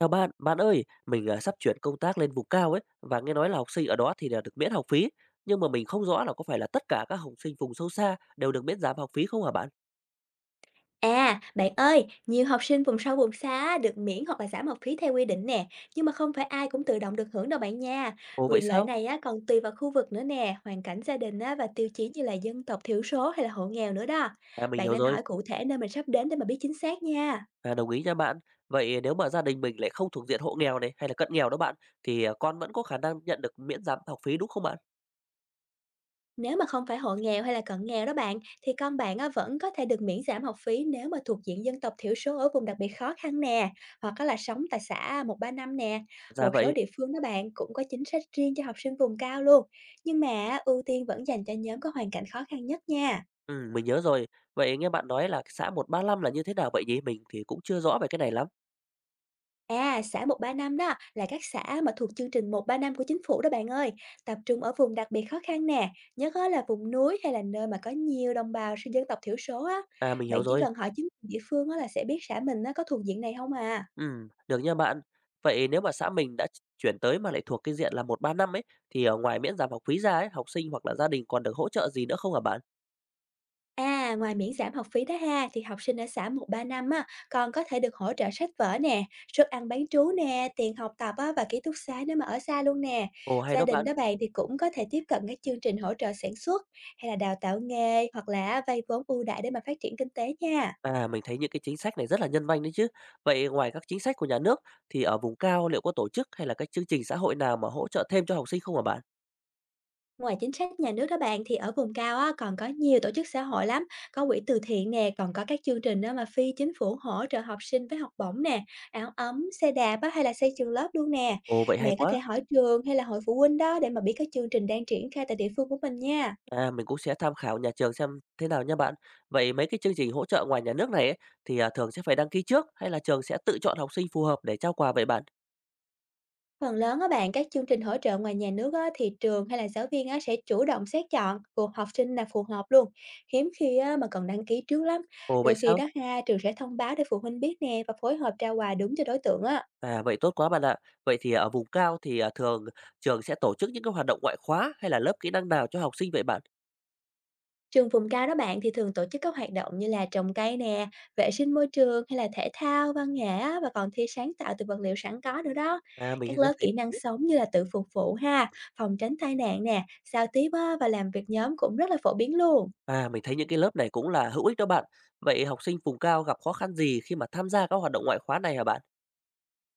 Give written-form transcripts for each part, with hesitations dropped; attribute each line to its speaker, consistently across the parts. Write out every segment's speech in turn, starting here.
Speaker 1: Chào bạn, bạn ơi, sắp chuyển công tác lên vùng cao ấy và nghe nói là học sinh ở đó thì là được miễn học phí, nhưng mà mình không rõ là có phải là tất cả các học sinh vùng sâu xa đều được miễn giảm học phí không hả bạn?
Speaker 2: À, bạn ơi, nhiều học sinh vùng sâu vùng xa á, được miễn hoặc là giảm học phí theo quy định nè, nhưng mà không phải ai cũng tự động được hưởng đâu bạn nha.
Speaker 1: Ồ vậy
Speaker 2: Quyền lợi
Speaker 1: sao?
Speaker 2: này á còn tùy vào khu vực nữa nè, hoàn cảnh gia đình á, và tiêu chí như là dân tộc thiểu số hay là hộ nghèo nữa đó.
Speaker 1: À mình
Speaker 2: Bạn
Speaker 1: hiểu
Speaker 2: nên
Speaker 1: rồi,
Speaker 2: hỏi cụ thể nơi mình sắp đến để mà biết chính xác nha.
Speaker 1: đồng ý nha bạn. Vậy nếu mà gia đình mình lại không thuộc diện hộ nghèo này hay là cận nghèo đó bạn, thì con vẫn có khả năng nhận được miễn giảm học phí đúng không bạn?
Speaker 2: Nếu mà không phải hộ nghèo hay là cận nghèo đó bạn, thì con bạn á, vẫn có thể được miễn giảm học phí nếu mà thuộc diện dân tộc thiểu số ở vùng đặc biệt khó khăn nè, hoặc á là sống tại xã 135 nè.
Speaker 1: Dạ
Speaker 2: Một số
Speaker 1: vậy,
Speaker 2: địa phương đó bạn cũng có chính sách riêng cho học sinh vùng cao luôn. Nhưng mà á, ưu tiên vẫn dành cho nhóm có hoàn cảnh khó khăn nhất nha.
Speaker 1: ừ, mình nhớ rồi. Vậy nghe bạn nói là xã 135 là như thế nào vậy nhỉ? Mình thì cũng chưa rõ về cái này lắm.
Speaker 2: À, xã 135 đó là các xã mà thuộc chương trình 135 của chính phủ đó bạn ơi, tập trung ở vùng đặc biệt khó khăn nè, nhất á là vùng núi hay là nơi mà có nhiều đồng bào sinh dân tộc thiểu số á.
Speaker 1: À mình
Speaker 2: Bạn
Speaker 1: hiểu
Speaker 2: chỉ
Speaker 1: rồi.
Speaker 2: cần hỏi chính quyền địa phương á là sẽ biết xã mình nó có thuộc diện này không à.
Speaker 1: Được nha bạn. Vậy nếu mà xã mình đã chuyển tới mà lại thuộc cái diện là một ba năm ấy, thì ngoài miễn giảm học phí ra ấy, học sinh hoặc là gia đình còn được hỗ trợ gì nữa không hả bạn?
Speaker 2: À, ngoài miễn giảm học phí đó ha, thì học sinh ở xã 135 á, còn có thể được hỗ trợ sách vở nè, suất ăn bán trú nè, tiền học tập á, và ký túc xá nếu mà ở xa luôn nè.
Speaker 1: Ồ, hay
Speaker 2: Gia
Speaker 1: đó
Speaker 2: đình
Speaker 1: bạn.
Speaker 2: đó bạn thì cũng có thể tiếp cận các chương trình hỗ trợ sản xuất hay là đào tạo nghề hoặc là vay vốn ưu đãi để mà phát triển kinh tế nha.
Speaker 1: À, mình thấy những cái chính sách này rất là nhân văn đấy chứ. Vậy ngoài các chính sách của nhà nước thì ở vùng cao liệu có tổ chức hay là các chương trình xã hội nào mà hỗ trợ thêm cho học sinh không hả bạn?
Speaker 2: Ngoài chính sách nhà nước đó bạn thì ở vùng cao á, còn có nhiều tổ chức xã hội lắm, có quỹ từ thiện nè, còn có các chương trình á, mà phi chính phủ hỗ trợ học sinh với học bổng nè, áo ấm, xe đạp á, hay là xây trường lớp luôn nè.
Speaker 1: Ồ, vậy hay
Speaker 2: Bạn có thể
Speaker 1: quá.
Speaker 2: hỏi trường hay là hội phụ huynh đó để mà biết các chương trình đang triển khai tại địa phương của mình nha.
Speaker 1: À, mình cũng sẽ tham khảo nhà trường xem thế nào nha bạn. Vậy mấy cái chương trình hỗ trợ ngoài nhà nước này ấy, thì thường sẽ phải đăng ký trước hay là trường sẽ tự chọn học sinh phù hợp để trao quà vậy bạn?
Speaker 2: Phần lớn á bạn, các chương trình hỗ trợ ngoài nhà nước á, thì trường hay là giáo viên á, sẽ chủ động xét chọn phù học sinh là phù hợp luôn. Hiếm khi á, mà còn đăng ký trước lắm.
Speaker 1: Ồ,
Speaker 2: Đôi
Speaker 1: vậy
Speaker 2: khi
Speaker 1: sao?
Speaker 2: đó ha, trường sẽ thông báo để phụ huynh biết nè, và phối hợp trao quà đúng cho đối tượng á.
Speaker 1: À, vậy tốt quá bạn ạ. Vậy thì ở vùng cao thì thường trường sẽ tổ chức những cái hoạt động ngoại khóa hay là lớp kỹ năng nào cho học sinh vậy bạn?
Speaker 2: Trường vùng cao đó bạn thì thường tổ chức các hoạt động như là trồng cây nè, vệ sinh môi trường hay là thể thao, văn nghệ á, và còn thi sáng tạo từ vật liệu sẵn có nữa đó.
Speaker 1: À,
Speaker 2: Các
Speaker 1: mình rất
Speaker 2: lớp
Speaker 1: thấy
Speaker 2: kỹ năng sống như là tự phục vụ ha, phòng tránh tai nạn nè, giao tiếp á, và làm việc nhóm cũng rất là phổ biến luôn.
Speaker 1: À, mình thấy những cái lớp này cũng là hữu ích đó bạn. Vậy học sinh vùng cao gặp khó khăn gì khi mà tham gia các hoạt động ngoại khóa này hả bạn?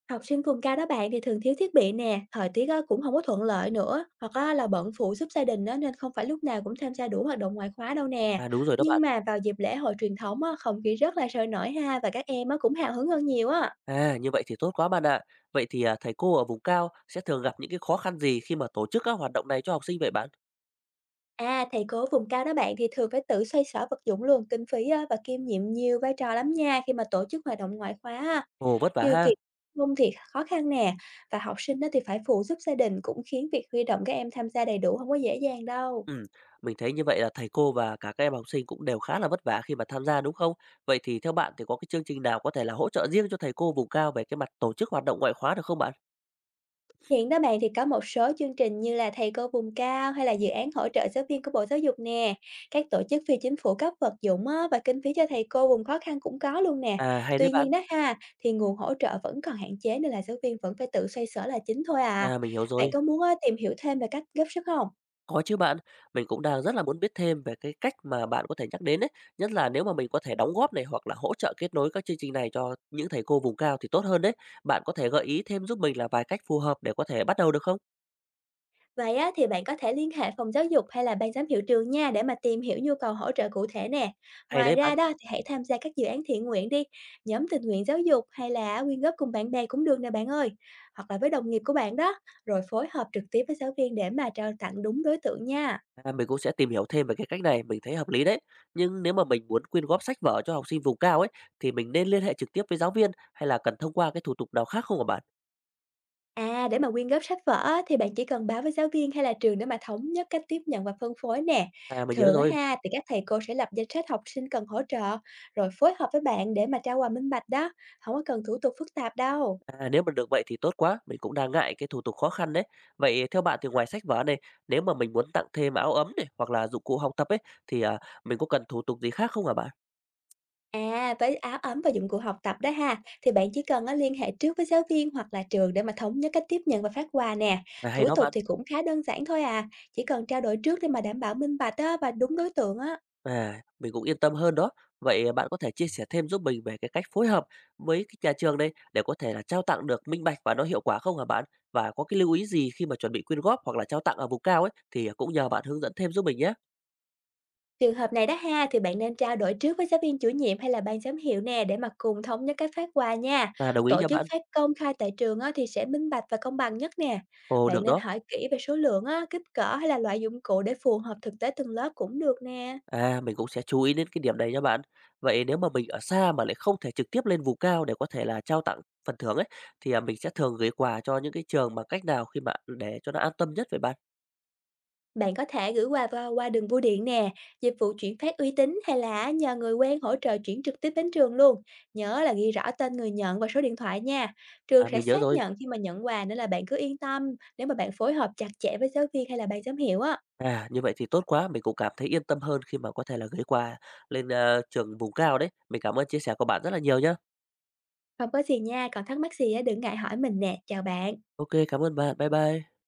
Speaker 2: Học sinh vùng cao đó bạn thì thường thiếu thiết bị nè, thời tiết á, cũng không có thuận lợi nữa, hoặc á, là bận phụ giúp gia đình đó, nên không phải lúc nào cũng tham gia đủ hoạt động ngoại khóa đâu nè.
Speaker 1: À, đúng rồi đó
Speaker 2: Nhưng
Speaker 1: bạn.
Speaker 2: mà vào dịp lễ hội truyền thống á, không khí rất là sôi nổi ha, và các em á, cũng hào hứng hơn nhiều á.
Speaker 1: À, như vậy thì tốt quá bạn ạ. Vậy thì thầy cô ở vùng cao sẽ thường gặp những cái khó khăn gì khi mà tổ chức các hoạt động này cho học sinh vậy bạn?
Speaker 2: À, thầy cô vùng cao đó bạn thì thường phải tự xoay sở vật dụng luôn, kinh phí á, và kiêm nhiệm nhiều vai trò lắm nha khi mà tổ chức hoạt động ngoại khóa á.
Speaker 1: Ồ, vất vả
Speaker 2: Điều
Speaker 1: ha.
Speaker 2: kiện không thì khó khăn nè, và học sinh đó thì phải phụ giúp gia đình cũng khiến việc huy động các em tham gia đầy đủ không có dễ dàng đâu.
Speaker 1: Ừm, mình thấy như vậy là thầy cô và cả các em học sinh cũng đều khá là vất vả khi mà tham gia, đúng không? Vậy thì theo bạn thì có cái chương trình nào có thể là hỗ trợ riêng cho thầy cô vùng cao về cái mặt tổ chức hoạt động ngoại khóa được không bạn?
Speaker 2: Hiện đó bạn thì có một số chương trình như là Thầy cô vùng cao hay là dự án hỗ trợ giáo viên của Bộ Giáo dục nè. Các tổ chức phi chính phủ cấp vật dụng á, và kinh phí cho thầy cô vùng khó khăn cũng có luôn nè.
Speaker 1: À, hay đấy
Speaker 2: Tuy
Speaker 1: bạn.
Speaker 2: nhiên đó ha, thì nguồn hỗ trợ vẫn còn hạn chế, nên là giáo viên vẫn phải tự xoay sở là chính thôi à.
Speaker 1: À, mình hiểu
Speaker 2: Bạn
Speaker 1: rồi.
Speaker 2: có muốn á, tìm hiểu thêm về cách góp sức không?
Speaker 1: Có chứ bạn, mình cũng đang rất là muốn biết thêm về cái cách mà bạn có thể nhắc đến ấy, nhất là nếu mà mình có thể đóng góp này hoặc là hỗ trợ kết nối các chương trình này cho những thầy cô vùng cao thì tốt hơn đấy. Bạn có thể gợi ý thêm giúp mình là vài cách phù hợp để có thể bắt đầu được không?
Speaker 2: Vậy á, thì bạn có thể liên hệ phòng giáo dục hay là ban giám hiệu trường nha để mà tìm hiểu nhu cầu hỗ trợ cụ thể nè.
Speaker 1: Hay
Speaker 2: Ngoài
Speaker 1: đấy bạn.
Speaker 2: ra đó thì hãy tham gia các dự án thiện nguyện đi, nhóm tình nguyện giáo dục hay là quyên góp cùng bạn bè cũng được nè bạn ơi. Hoặc là với đồng nghiệp của bạn đó, rồi phối hợp trực tiếp với giáo viên để mà trao tặng đúng đối tượng nha.
Speaker 1: À, mình cũng sẽ tìm hiểu thêm về cái cách này, mình thấy hợp lý đấy. Nhưng nếu mà mình muốn quyên góp sách vở cho học sinh vùng cao ấy, thì mình nên liên hệ trực tiếp với giáo viên hay là cần thông qua cái thủ tục nào khác không hả bạn?
Speaker 2: À, để mà quyên góp sách vở á, thì bạn chỉ cần báo với giáo viên hay là trường để mà thống nhất cách tiếp nhận và phân phối nè.
Speaker 1: À, mình nhớ
Speaker 2: Thường á
Speaker 1: rồi.
Speaker 2: ha, thì các thầy cô sẽ lập danh sách học sinh cần hỗ trợ, rồi phối hợp với bạn để mà trao quà minh bạch đó. Không có cần thủ tục phức tạp đâu.
Speaker 1: À, nếu mà được vậy thì tốt quá, mình cũng đang ngại cái thủ tục khó khăn đấy. Vậy theo bạn thì ngoài sách vở này, nếu mà mình muốn tặng thêm áo ấm này hoặc là dụng cụ học tập ấy, thì mình có cần thủ tục gì khác không hả bạn?
Speaker 2: À, với áo ấm và dụng cụ học tập đó ha, thì bạn chỉ cần á, liên hệ trước với giáo viên hoặc là trường để mà thống nhất cách tiếp nhận và phát quà nè.
Speaker 1: À, hay
Speaker 2: Thủ
Speaker 1: đó
Speaker 2: tục
Speaker 1: bạn.
Speaker 2: thì cũng khá đơn giản thôi à, chỉ cần trao đổi trước để mà đảm bảo minh bạch á, và đúng đối tượng á.
Speaker 1: À, mình cũng yên tâm hơn đó. Vậy bạn có thể chia sẻ thêm giúp mình về cái cách phối hợp với cái nhà trường đây để có thể là trao tặng được minh bạch và nó hiệu quả không hả bạn? Và có cái lưu ý gì khi mà chuẩn bị quyên góp hoặc là trao tặng ở vùng cao ấy thì cũng nhờ bạn hướng dẫn thêm giúp mình nhé.
Speaker 2: Trường hợp này đó ha, thì bạn nên trao đổi trước với giáo viên chủ nhiệm hay là ban giám hiệu nè để mà cùng thống nhất các phát quà nha.
Speaker 1: À, đồng ý
Speaker 2: Tổ
Speaker 1: nha
Speaker 2: chức
Speaker 1: bạn.
Speaker 2: phát công khai tại trường á, thì sẽ minh bạch và công bằng nhất nè.
Speaker 1: Ồ,
Speaker 2: Bạn
Speaker 1: được
Speaker 2: nên
Speaker 1: đó.
Speaker 2: hỏi kỹ về số lượng, á, kích cỡ hay là loại dụng cụ để phù hợp thực tế từng lớp cũng được nè.
Speaker 1: À, mình cũng sẽ chú ý đến cái điểm này nha bạn. Vậy nếu mà mình ở xa mà lại không thể trực tiếp lên vùng cao để có thể là trao tặng phần thưởng ấy thì mình sẽ thường gửi quà cho những cái trường bằng cách nào khi mà để cho nó an tâm nhất vậy bạn?
Speaker 2: Bạn có thể gửi quà vào qua đường bưu điện nè, dịch vụ chuyển phát uy tín hay là nhờ người quen hỗ trợ chuyển trực tiếp đến trường luôn. Nhớ là ghi rõ tên người nhận và số điện thoại nha. Trường
Speaker 1: À,
Speaker 2: sẽ
Speaker 1: mình nhớ
Speaker 2: xác
Speaker 1: rồi.
Speaker 2: nhận khi mà nhận quà nên là bạn cứ yên tâm nếu mà bạn phối hợp chặt chẽ với giáo viên hay là ban giám hiệu á.
Speaker 1: À, như vậy thì tốt quá, mình cũng cảm thấy yên tâm hơn khi mà có thể là ghé qua trường vùng cao đấy. Mình cảm ơn chia sẻ của bạn rất là nhiều nhá.
Speaker 2: Không có gì nha, còn thắc mắc gì á đừng ngại hỏi mình nè. Chào bạn.
Speaker 1: OK, cảm ơn bạn. Bye bye.